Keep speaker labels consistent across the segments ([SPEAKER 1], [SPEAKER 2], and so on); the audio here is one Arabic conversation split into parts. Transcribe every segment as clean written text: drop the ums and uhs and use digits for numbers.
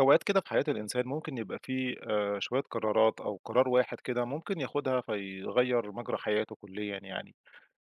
[SPEAKER 1] أوقات كده في حياة الإنسان ممكن يبقى فيه شوية قرارات أو قرار واحد كده ممكن ياخدها فيغيّر مجرى حياته كليًا يعني.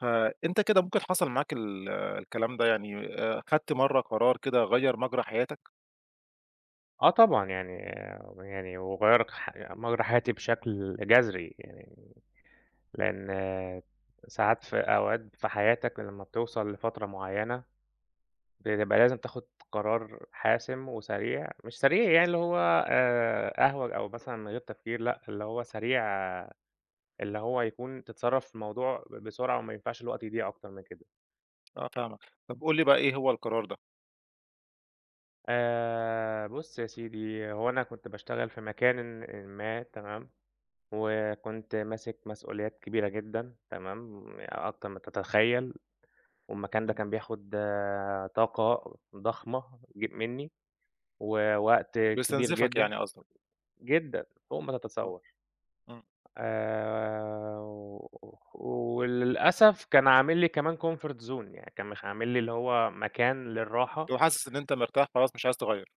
[SPEAKER 1] فأنت كده ممكن حصل معاك ال آه، الكلام ده يعني خدت مرّة قرار كده غيّر مجرى حياتك؟
[SPEAKER 2] آه طبعًا، يعني، وغيّر مجرى حياتي بشكل جذري يعني، لإن ساعات في أوقات في حياتك لمّا بتوصل لفترة معيّنة، بتبقى لازم تاخد قرار حاسم وسريع، مش سريع يعني اللي هو أهوج أو مثلًا من غير تفكير لأ، اللي هو سريع آه، اللي هو يكون تتصرّف في الموضوع بسرعة وما ينفعش الوقت يضيع أكتر من كده.
[SPEAKER 1] آه، فاهمك. طب قُل لي بقى إيه هو القرار ده؟
[SPEAKER 2] بُص يا سيدي، هو أنا كنت باشتغل في مكان ما تمام؟ وكنت ماسك مسؤوليات كبيرة جدًا تمام، أكتر ما تتخيّل، والمكان ده
[SPEAKER 1] إمم.
[SPEAKER 2] كان بياخد طاقة ضخمة منّي، ووقت كبير
[SPEAKER 1] بيستنزفك
[SPEAKER 2] جدًا،
[SPEAKER 1] يعني قصدك.
[SPEAKER 2] جدًا فوق ما
[SPEAKER 1] آه.
[SPEAKER 2] تتصوّر.
[SPEAKER 1] إمم.
[SPEAKER 2] آآ، وللأسف كان عامل لي كمان comfort zone يعني كان عامل لي اللي هو مكان للراحة.
[SPEAKER 1] بتبقى حاسس إن أنت مرتاح خلاص مش عايز تغيّر.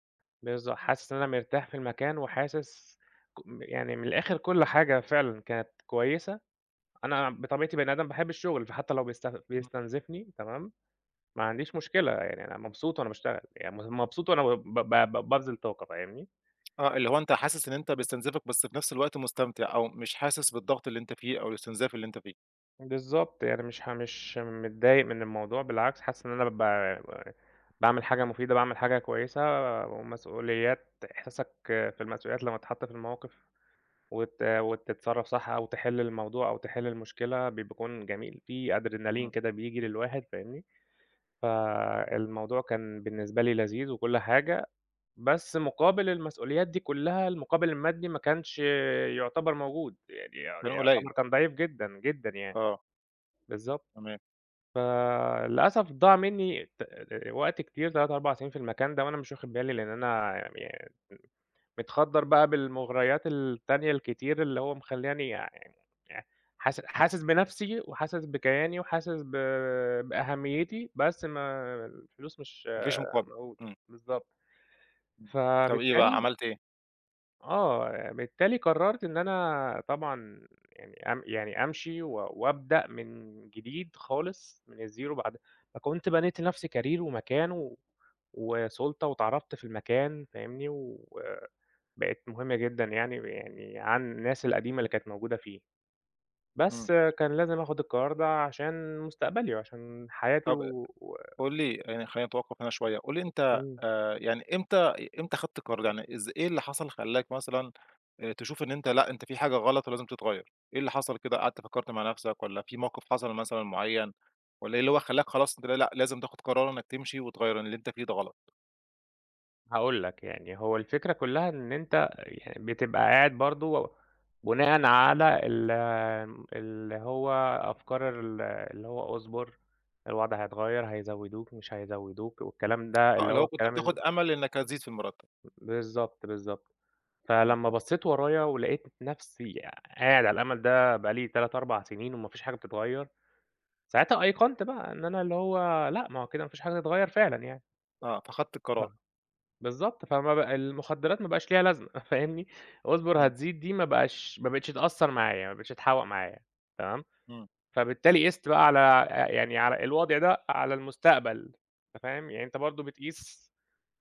[SPEAKER 2] حاسس إن أنا مرتاح في المكان وحاسس يعني من الآخر كل حاجة فعلًا كانت كويسة. أنا بطبيعتي بني آدم باحب الشغل، فحتى لو
[SPEAKER 1] إمم.
[SPEAKER 2] بيستنزفني تمام، ما عنديش مشكلة، يعني أنا مبسوط وأنا باشتغل، يعني مبسوط وأنا ب ب ب بابذل طاقة فاهمني؟
[SPEAKER 1] آه، اللي هو أنت حاسس إن أنت بيستنزفك بس في نفس الوقت مستمتع أو مش حاسس بالضغط اللي أنت فيه أو الاستنزاف اللي أنت فيه.
[SPEAKER 2] بالضبط، يعني مش متضايق من الموضوع بالعكس، حاسس إن أنا ب ب باعمل حاجة مفيدة، باعمل حاجة كويسة ومسؤوليات إحساسك في المسؤوليات لمّا تتحط في المواقف وتتصرف صح أو تحل الموضوع أو تحل المشكلة بيكون جميل، في أدرينالين
[SPEAKER 1] إمم.
[SPEAKER 2] كده بييجي للواحد فاهمني؟ فالموضوع كان بالنسبة لي لذيذ وكل حاجة. بس مقابل المسؤوليات دي كلّها، المقابل المادي ما كانش يعتبر موجود، يعني
[SPEAKER 1] كان قليل.
[SPEAKER 2] يعتبر كان ضعيف جدًا، جدًا يعني.
[SPEAKER 1] آه،
[SPEAKER 2] بالضبط.
[SPEAKER 1] تمام.
[SPEAKER 2] فللأسف ضاع منّي وقت كتير 3، 4 سنين في المكان ده وأنا مش واخد بالي، لإن أنا يعني متخدّر بقى بالمغريات التانية الكتير اللي هو مخلّياني يعني حاسس بنفسي وحاسس بكياني وحاسس بأهميتي، بس ما الفلوس مش
[SPEAKER 1] ما فيش مقابل.
[SPEAKER 2] موجودة.
[SPEAKER 1] إمم.
[SPEAKER 2] بالضبط.
[SPEAKER 1] إمم. طب إيه بقى،
[SPEAKER 2] فبالتالي
[SPEAKER 1] عملت إيه؟
[SPEAKER 2] آه، بالتالي قررت إن أنا طبعًا يعني أم يعني أمشي وأبدأ من جديد خالص من الزيرو بعد ما كنت بنيت لنفسي كارير ومكان وسُلطة واتعرّفت في المكان فاهمني، وبقيت مهمة جدًا يعني يعني عن الناس القديمة اللي كانت موجودة فيه،
[SPEAKER 1] إمم.
[SPEAKER 2] بس كان لازم آخُد القرار ده عشان مستقبلي وعشان حياتي
[SPEAKER 1] طب
[SPEAKER 2] و
[SPEAKER 1] قُل لي يعني خلّينا نتوقف هنا شوية، قُل لي أنت
[SPEAKER 2] إمم.
[SPEAKER 1] يعني إمتى خدت قرار؟ يعني إيه اللي حصل خلّاك مثلًا تشوف إن أنت لأ، أنت في حاجة غلط ولازم تتغيّر؟ إيه اللي حصل كده، قعدت فكّرت مع نَفْسك والّا في موقف حصل مثلًا معيّن والّا إيه اللي هو خلّاك خلاص أنت لأ، لازم تاخُد قرار إنّك تمشي وتغيّر اللي أنت فيه ده غلط؟
[SPEAKER 2] هاقول لك، يعني هو الفكرة كلّها إن أنت يعني بتبقى قاعد برضه بناءً على ال اللي هو أفكار ال اللي هو اصبر، الوضع هيتغيّر، هيزوّدوك، مش هيزوّدوك والكلام ده
[SPEAKER 1] آه،
[SPEAKER 2] اللي
[SPEAKER 1] اللي
[SPEAKER 2] هو
[SPEAKER 1] هو كنت
[SPEAKER 2] الكلام ال
[SPEAKER 1] بتاخُد أمل إنّك هتزيد في المرتّب.
[SPEAKER 2] بالضبط، بالضبط.
[SPEAKER 1] إمم.
[SPEAKER 2] فلمّا بصّيت ورايا ولقيت نَفْسي قاعد على الأمل ده بقى لي 3، 4 سنين وما فيش حاجة بتتغيّر، ساعتها أيقنت بقى إن أنا اللي هو لأ، ما هو كده ما فيش حاجة تتغيّر فعلًا يعني.
[SPEAKER 1] آه، فخدت
[SPEAKER 2] ف
[SPEAKER 1] القرار.
[SPEAKER 2] بالضبط، فما بقى المخدرات ما بقاش ليها لازمة فاهمني، اصبر
[SPEAKER 1] إمم.
[SPEAKER 2] هتزيد دي ما بقتش تأثّر معايا، ما بقتش تحوّق معايا تمام.
[SPEAKER 1] إمم.
[SPEAKER 2] فبالتالي قِست بقى على يعني على الوضع ده على المستقبل أنت فاهم، يعني أنت برضه بتقيس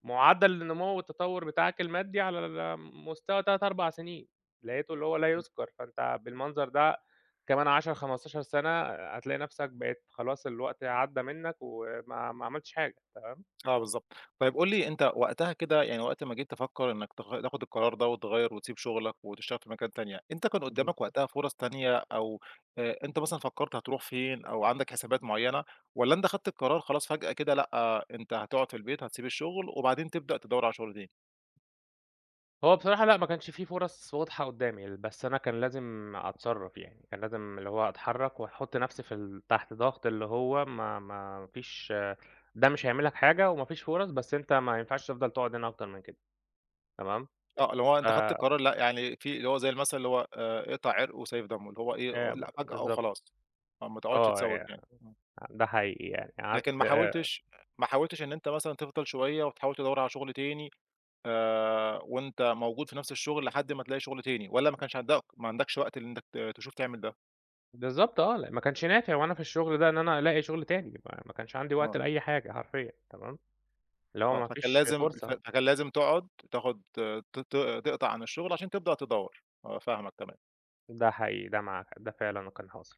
[SPEAKER 2] معدّل النمو والتطوّر بتاعك المادي على مستوى 3، 4 سنين، لقيته اللي هو لا يُذكر، فأنت بالمنظر ده كمان 10، 15 سَنة هتلاقي نَفْسك بقيت خلاص الوقت عدّى منّك وما ما عملتش حاجة.
[SPEAKER 1] آه، بالضبط. طيب قُل لي أنت وقتها كده يعني وقت ما جيت تفكّر إنّك تاخُد القرار ده وتغيّر وتسيب شُغلك وتشتغل في مكان تانية، أنت كان قُدّامك وقتها فرص تانية أو أنت مثلًا فكّرت هتروح فين أو عندك حسابات معيّنة والّا أنت خدت القرار خلاص فجأة كده لأ، آه، أنت هتقعد في البيت، هتسيب الشُغل وبعدين تبدأ تدوّر على شُغل تاني؟
[SPEAKER 2] هو بصراحة لأ، ما كانش في فرص واضحة قدّامي، بس أنا كان لازم أتصرّف يعني، كان لازم اللي هو أتحرّك وأحُط نَفْسي في تحت ضغط اللي هو ما فيش ده مش هيعمل لك حاجة وما فيش فرص، بس أنت ما ينفعش تفضل تقعد هنا أكتر من كده تمام.
[SPEAKER 1] آه، اللي هو
[SPEAKER 2] ف
[SPEAKER 1] أنت خدت القرار لأ، يعني في اللي هو زي المَثل اللي هو اقطع عرقه وسيف دمه، اللي هو إيه، لأ فجأة
[SPEAKER 2] بالضبط.
[SPEAKER 1] وخلاص. آه، ما تقعدش
[SPEAKER 2] آه، يع
[SPEAKER 1] تسوّف يعني. إمم.
[SPEAKER 2] ده حقيقي يعني
[SPEAKER 1] لكن
[SPEAKER 2] قعدت
[SPEAKER 1] ما حاولتش ما حاولتش إن أنت مثلًا تفضل شوية وتحاول تدوّر على شُغل تاني وأنت موجود في نفس الشغل لحد ما تلاقي شغل تاني، والّا ما كانش عندك ما عندكش وقت إن أنت تشوف تعمل ده؟
[SPEAKER 2] بالضبط. آه، لأ ما كانش نافع وأنا في الشغل ده إن أنا ألاقي شغل تاني، ما كانش عندي وقت
[SPEAKER 1] آه.
[SPEAKER 2] لأي حاجة حرفيًا تمام، اللي هو
[SPEAKER 1] آه،
[SPEAKER 2] ما
[SPEAKER 1] فكان
[SPEAKER 2] فيش
[SPEAKER 1] لازم ف
[SPEAKER 2] فرصة.
[SPEAKER 1] فكان لازم تقعد تاخد ت ت تقطع عن الشغل عشان تبدأ تدوّر، آه، فاهمك تمام.
[SPEAKER 2] ده حقيقي، ده معاك حق، ده فعلًا كان حاصل.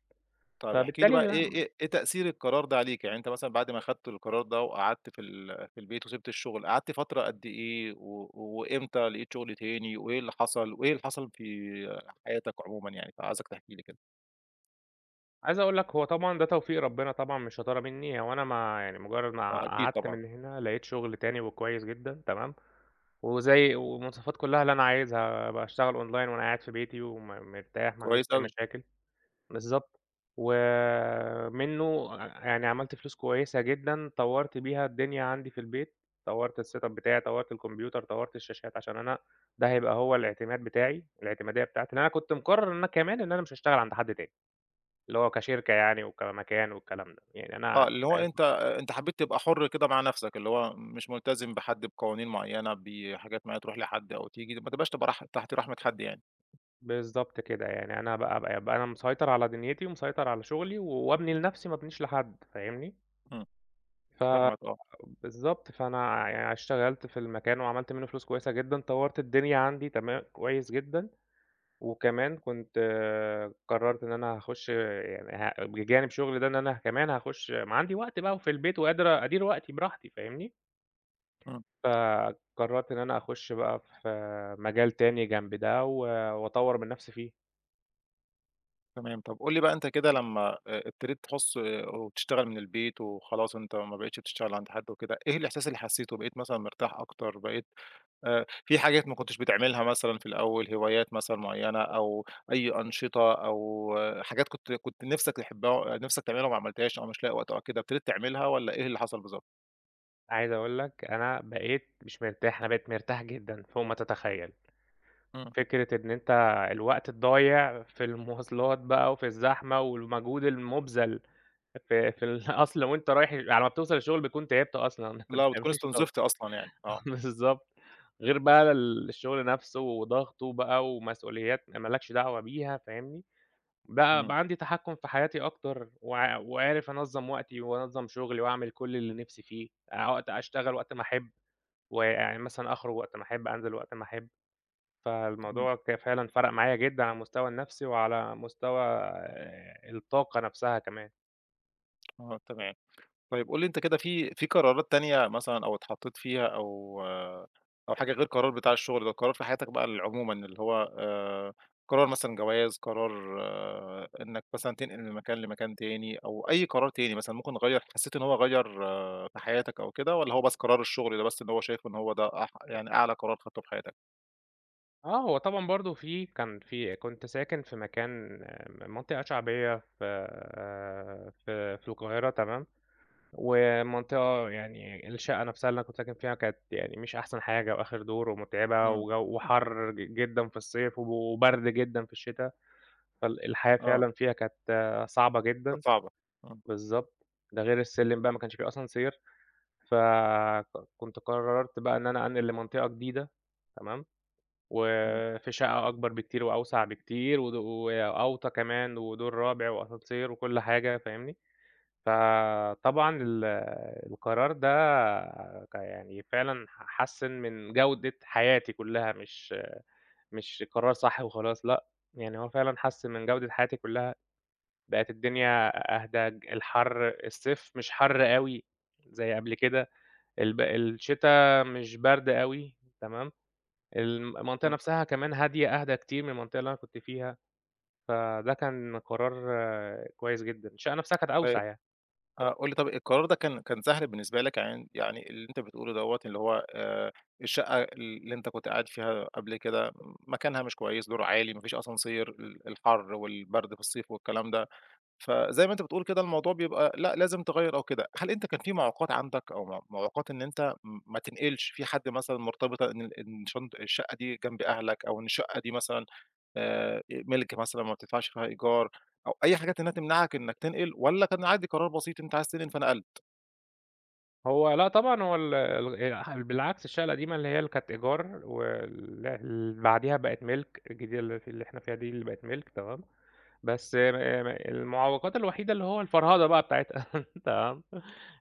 [SPEAKER 1] طيب احكِ لي
[SPEAKER 2] فبالتالي
[SPEAKER 1] بقى إيه تأثير القرار ده عليك؟ يعني أنت مثلًا بعد ما خدت القرار ده وقعدت في في البيت وسِبت الشغل، قعدت فترة قد إيه وإمتى لقيت شغل تاني وإيه اللي حصل في حياتك عمومًا يعني؟ فعايزك تحكي لي كده.
[SPEAKER 2] عايز أقول لك هو طبعًا ده توفيق ربنا طبعًا مش شطارة منّي، هو أنا ما يعني مجرّد ما
[SPEAKER 1] آه، أكيد
[SPEAKER 2] قعدت
[SPEAKER 1] طبعًا.
[SPEAKER 2] من هنا لقيت شغل تاني وكويس جدًا تمام، وزي والمواصفات كلّها اللي أنا عايزها، باشتغل أونلاين وأنا قاعد في بيتي مرتاح ما عنديش
[SPEAKER 1] كويس
[SPEAKER 2] أي
[SPEAKER 1] أوي.
[SPEAKER 2] مشاكل، بالضبط، ومنّه يعني عملت فلوس كويسة جدًا، طوّرت بيها الدنيا عندي في البيت، طوّرت الsetup بتاعي، طوّرت الكمبيوتر، طوّرت الشاشات عشان أنا ده هيبقى هو الاعتماد بتاعي، الاعتمادية بتاعتي، لإن أنا كنت مقرّر إن أنا كمان إن أنا مش هاشتغل عند حد تاني. اللي هو كشركة يعني وكمكان والكلام ده، يعني أنا
[SPEAKER 1] آه، اللي هو أنت أنت حبّيت تبقى حُر كده مع نَفْسك، اللي هو مش ملتزم بحد بقوانين معيّنة، بحاجات معيّنة تروح لحد أو تيجي، ما تبقاش تبقى رح تحت رحمة حد يعني.
[SPEAKER 2] بالضبط كده، يعني أنا بقى أبقى أنا مسيطر على دنيتي ومسيطر على شغلي وأبني لنفسي ما أبنيش لحد فاهمني؟
[SPEAKER 1] إمم. فاهمك، آه.
[SPEAKER 2] فبالضبط، فأنا يعني اشتغلت في المكان وعملت منه فلوس كويسة جدًا، طوّرت الدنيا عندي تمام كويس جدًا، وكمان كنت آه، قررت إن أنا هاخش يعني بجانب شغلي ده إن أنا كمان هاخش ما عندي وقت بقى وفي البيت وقادر أدير وقتي براحتي فاهمني؟
[SPEAKER 1] إمم.
[SPEAKER 2] فقرّرت إن أنا أخُش بقى في مجال تاني جنب ده وأطوّر من نَفْسي فيه.
[SPEAKER 1] تمام. طَب قُل لي بقى أنت كده لمّا ابتديت تحُس وتشتغل من البيت وخلاص أنت ما بقيتش بتشتغل عند حد وكده، إيه الإحساس اللي حسّيته؟ بقيت مثلًا مرتاح أكتر، بقيت في حاجات ما كنتش بتعملها مثلًا في الأول، هوايات مثلًا معيّنة أو أي أنشطة أو حاجات كنت نِفْسك تحبها نِفْسك تعملها وما عملتهاش أو مش لاقي وقت أو كده، ابتديت تعملها والّا إيه اللي حصل بالضبط؟
[SPEAKER 2] عايز أقول لك أنا بقيت مش مرتاح، أنا بقيت مرتاح جدًا فوق ما تتخيّل.
[SPEAKER 1] إمم.
[SPEAKER 2] فكرة إن أنت الوقت الضايع في المواصلات بقى وفي الزحمة والمجهود المُبذَل في الأصل وأنت رايح على ما بتوصل الشغل بتكون تعبت أصلًا
[SPEAKER 1] لأ،
[SPEAKER 2] فما
[SPEAKER 1] بتكون
[SPEAKER 2] فيش
[SPEAKER 1] استُنزفت
[SPEAKER 2] طاقة.
[SPEAKER 1] أصلًا يعني، آه.
[SPEAKER 2] بالضبط. غير بقى الشغل نَفْسه وضغطه بقى ومسؤوليات ما لكش دعوة بيها فاهمني؟ بقى
[SPEAKER 1] إمم.
[SPEAKER 2] بقى عندي تحكُّم في حياتي أكتر، وعارف أنظّم وقتي وأنظّم شغلي وأعمل كل اللي نِفْسي فيه، وقت أشتغل وقت ما أحب، ويعني مثلًا أخرج وقت ما أحب، أنزل وقت ما أحب،
[SPEAKER 1] إمم.
[SPEAKER 2] فالموضوع فعلًا فرَق معايا جدًا على المستوى النَفْسي وعلى مستوى الطاقة نَفْسها كمان.
[SPEAKER 1] آه. تمام. طيب قُل لي أنت كده في قرارات تانية مثلًا أو اتحطّيت فيها أو أو حاجة غير القرار بتاع الشغل ده، قرار في حياتك بقى عمومًا اللي هو قرار مثلًا جواز، قرار إنّك مثلًا تنقل من مكان لمكان تاني أو أي قرار تاني مثلًا ممكن غيّر حسّيت إن هو غيّر في حياتك أو كده والّا هو بس قرار الشغل ده بس إن هو شايفه إن هو ده يعني أعلى قرار خدته في حياتك؟
[SPEAKER 2] آه، هو طبعًا برضه في كان في كنت ساكن في مكان منطقة شعبية في في القاهرة تمام؟ ومنطقة يعني الشقة نفسها اللي أنا كنت ساكن فيها كانت يعني مش أحسن حاجة وآخر دور ومتعبة
[SPEAKER 1] إمم.
[SPEAKER 2] وجو وحر جدا في الصيف وبرد جدا في الشتاء. فالحياة
[SPEAKER 1] آه،
[SPEAKER 2] فعلا فيها كانت صعبة جدا.
[SPEAKER 1] كانت صعبة. إمم.
[SPEAKER 2] بالظبط. ده غير السلم بقى ما كانش فيه أسانسير. فكنت قررت بقى إن أنا أنقل لمنطقة جديدة تمام
[SPEAKER 1] إمم.
[SPEAKER 2] وفي شقة أكبر بكتير وأوسع بكتير وأوطى كمان ودور رابع وأسانسير وكل حاجة فاهمني. فطبعًا القرار ده يعني فعلًا حسِّن من جودة حياتي كلّها، مش قرار صح وخلاص لأ، يعني هو فعلًا حسِّن من جودة حياتي كلّها، بقت الدنيا أهدى، الصيف مش حَر أوي زي قبل كده، الشتا مش برد أوي تمام، المنطقة
[SPEAKER 1] إمم.
[SPEAKER 2] نفسها كمان هادية، أهدى كتير من المنطقة اللي أنا كنت فيها. فده كان قرار كويس جدًا، الشقة نفسها كانت أوسع يعني.
[SPEAKER 1] آه، قُل لي طب القرار ده كان سهل بالنسبة لك يعني اللي أنت بتقوله دوّة اللي هو الشقة اللي أنت كنت قاعد فيها قبل كده مكانها مش كويس، دور عالي، ما فيش أسانسير، الحر والبرد في الصيف والكلام ده، فزي ما أنت بتقول كده الموضوع بيبقى لأ، لازم تغيّر أو كده. هل أنت كان في معوقات عندك أو معوقات إن أنت ما تنقلش، في حد مثلًا مرتبطة إن إن شنط الشقة دي جنب أهلك أو إن الشقة دي مثلًا إيه، مِلْك مثلًا ما بتدفعش فيها إيجار أو أي حاجات إنها تمنعك إنك تنقل والّا كان عادي قرار بسيط أنت عايز تنقل فنقلت؟
[SPEAKER 2] هو لأ طبعًا هو ال ال بالعكس الشقة القديمة اللي هي اللي كانت إيجار اللي بعديها بقت مِلْك، الجديدة اللي إحنا فيها دي اللي بقت مِلْك تمام، بس م م المعوّقات الوحيدة اللي هو الفرهدة بقى بتاعتها تمام،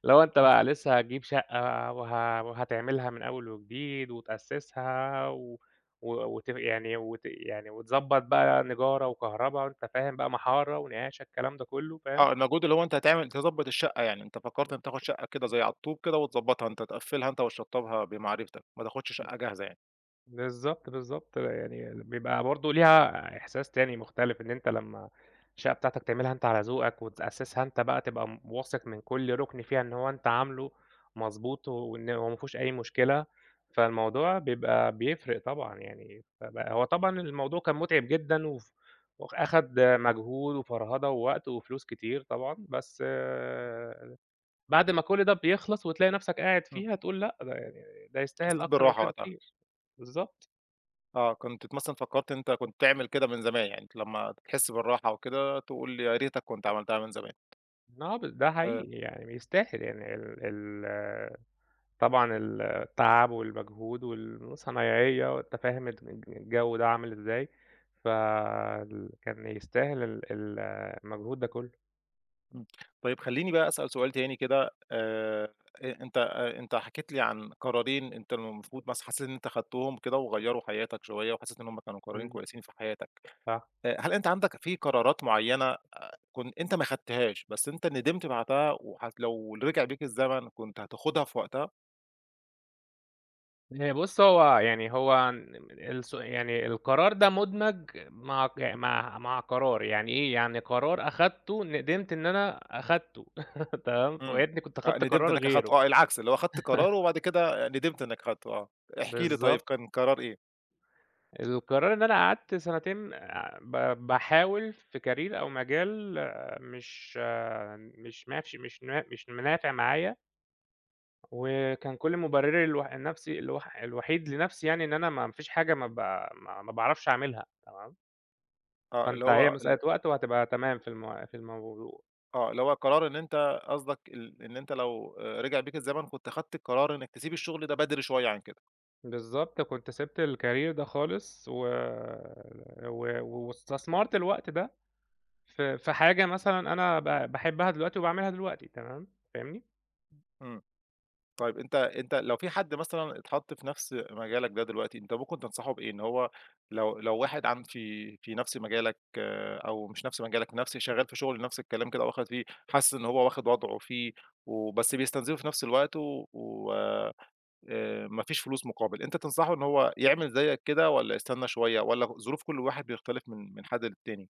[SPEAKER 2] اللي هو أنت
[SPEAKER 1] آه.
[SPEAKER 2] بقى لسه هتجيب شقة وهتعملها من أول وجديد وتأسسها و و وت يعني وت يعني وتضبّط بقى نجارة وكهربا وأنت فاهم بقى محارة ونقاشة الكلام ده كُلّه فاهم؟
[SPEAKER 1] آه، المجهود اللي هو أنت هتعمل تضبّط الشقة يعني، أنت فكّرت إن تاخُد شقة كده زي على الطوب كده وتضبّطها، أنت تقفّلها أنت وتشطّبها بمعرفتك، ما تاخُدش شقة جاهزة يعني.
[SPEAKER 2] بالضبط، بالضبط، يعني بيبقى برضه ليها إحساس تاني مختلف، إن أنت لمّا الشقة بتاعتك تعملها أنت على ذوقك وتأسسها أنت بقى، تبقى واثق من كل رُكن فيها إن هو أنت عامله مضبوط وإن هو ما فيهوش أي مشكلة، فالموضوع بيبقى بيفرق طبعًا يعني، فبقى هو طبعًا الموضوع كان مُتعب جدًا وأخَد مجهود وفرهدة ووقت وفلوس كتير طبعًا، بس آه، بعد ما كل ده بيخلص وتلاقي نَفْسك قاعد
[SPEAKER 1] إمم.
[SPEAKER 2] فيها تقول لأ، ده يعني ده يستاهل
[SPEAKER 1] حسّيت
[SPEAKER 2] أكتر من
[SPEAKER 1] بالراحة
[SPEAKER 2] كده
[SPEAKER 1] وقتها.
[SPEAKER 2] بكتير. بالضبط.
[SPEAKER 1] آه، كنت مثلًا فكّرت إن أنت كنت تعمل كده من زمان، يعني أنت لمّا تحس بالراحة وكده تقول لي يا ريتك كنت عملتها من زمان.
[SPEAKER 2] آه، ب ده
[SPEAKER 1] آآ،
[SPEAKER 2] حقيقي يعني بيستاهل يعني ال ال طبعًا التعب والمجهود والصنايعية وأنت فاهم الجو ده عامل إزاي، كان يستاهل ال ال المجهود ده كله.
[SPEAKER 1] إمم. طيب خلّيني بقى أسأل سؤال تاني كده أ أنت أ أنت حكيت لي عن قرارين أنت المفروض مثلًا حسيت إن أنت خدتهم كده وغيّروا حياتك شوية، وحسيت إن هُم كانوا قرارين
[SPEAKER 2] إمم،
[SPEAKER 1] كويسين في حياتك.
[SPEAKER 2] صح.
[SPEAKER 1] هل أنت عندك في قرارات معيّنة كن أنت ما خدتهاش بس أنت ندمت بعدها لو رجع بيك الزمن كنت هتاخدها في وقتها؟
[SPEAKER 2] بُص هو يعني هو الس يعني القرار ده مُدمج مع ق مع مع قرار، يعني إيه يعني قرار أخدته ندمت إن أنا أخدته تمام، ويا
[SPEAKER 1] إمم.
[SPEAKER 2] ريتني كنت
[SPEAKER 1] آه،
[SPEAKER 2] أخدت
[SPEAKER 1] ندمت
[SPEAKER 2] قرار
[SPEAKER 1] إنّك
[SPEAKER 2] غيره،
[SPEAKER 1] أخدته آه، العكس، اللي هو خدت قرار وبعد كده ندمت إنّك خدته آه. احكِ لي طيب
[SPEAKER 2] بالضبط.
[SPEAKER 1] كان قرار إيه؟
[SPEAKER 2] القرار إن أنا قعدت سنتين ب باحاول في career أو مجال آه، مش آه، مش مافش مش نا مش منافع معايا، وكان كل مبرري الو النفسي الوح الوحيد لنفسي يعني إن أنا ما فيش حاجة ما ب ما ما باعرفش أعملها تمام،
[SPEAKER 1] آه، اللي
[SPEAKER 2] فأنت
[SPEAKER 1] هو
[SPEAKER 2] هي
[SPEAKER 1] ال
[SPEAKER 2] مسألة وقت وهتبقى تمام في الموضوع.
[SPEAKER 1] آه، اللي هو قرار إن أنت قصدك إن أنت لو رجع بيك الزمن كنت خدت قرار إنّك تسيب الشغل ده بدري شوية عن كده.
[SPEAKER 2] بالضبط، كنت سِبت الcareer ده خالص و و واستثمرت الوقت ده في حاجة مثلًا أنا باحبها دلوقتي وباعملها دلوقتي تمام، فاهمني؟
[SPEAKER 1] إمم. طيب أنت لو في حد مثلًا اتحط في نفس مجالك ده دلوقتي، أنت ممكن تنصحه بإيه؟ إن هو لو واحد في نفس مجالك أو مش نفس مجالك، نفس شغال في شغل نفس الكلام كده واخد فيه، حاسس إن هو واخد وضعه فيه وبس بيستنزفه في نفس الوقت و ما فيش فلوس مقابل، أنت تنصحه إن هو يعمل زيك كده والّا يستنى شوية والّا ظروف كل واحد بيختلف من حد للتاني؟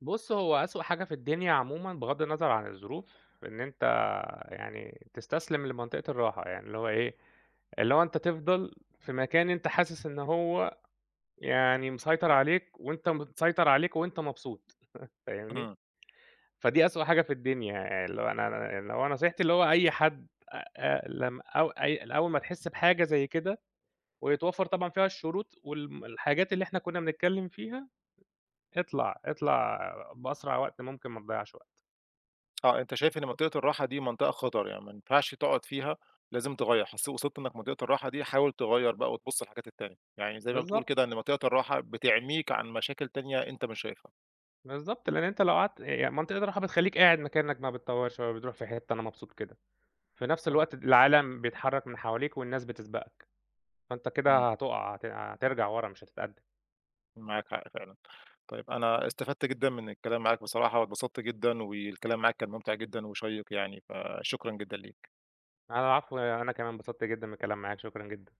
[SPEAKER 2] بُص، هو أسوأ حاجة في الدنيا عمومًا بغض النظر عن الظروف، إن أنت يعني تستسلم لمنطقة الراحة، يعني اللي هو إيه، اللي هو أنت تفضل في مكان أنت حاسس إن هو يعني مسيطر عليك وأنت متسيطر عليك وأنت مبسوط، فاهمني؟
[SPEAKER 1] إمم.
[SPEAKER 2] فدي أسوأ حاجة في الدنيا يعني اللي هو أنا اللي هو نصيحتي اللي هو أي حد أ أ لم أو أي أول ما تحس بحاجة زي كده ويتوفر طبعًا فيها الشروط الحاجات اللي إحنا كنا بنتكلم فيها، اطلع، اطلع بأسرع وقت ممكن ما تضيّعش وقت.
[SPEAKER 1] آه، أنت شايف إن منطقة الراحة دي منطقة خطر، يعني ما ينفعش تقعد فيها، لازم تغيّر، حسي وصلت إنك منطقة الراحة دي حاول تغيّر بقى وتبُص للحاجات التانية، يعني زي ما بتقول كده
[SPEAKER 2] بالضبط.
[SPEAKER 1] إن منطقة الراحة بتعميك عن مشاكل تانية أنت مش شايفها.
[SPEAKER 2] بالضبط، لإن أنت لو قعدت منطقة الراحة بتخلّيك قاعد مكانك ما بتطوّرش ولا بتروح في حتّة، أنا مبسوط كده. في نفس
[SPEAKER 1] آه.
[SPEAKER 2] الوقت العالم بيتحرّك من حواليك والناس بتسبقك، فأنت
[SPEAKER 1] إمم.
[SPEAKER 2] كده هتُقع هت هترجع ورا مش هتتقدّم.
[SPEAKER 1] معاك حق فعلًا. طيب أنا استفدت جدًا من الكلام معاك بصراحة واتبسطت جدًا والكلام معاك كان ممتع جدًا وشيّق يعني، فشكرًا جدًا ليك.
[SPEAKER 2] على العفو، أنا كمان انبسطت جدًا من الكلام معاك، شكرًا جدًا.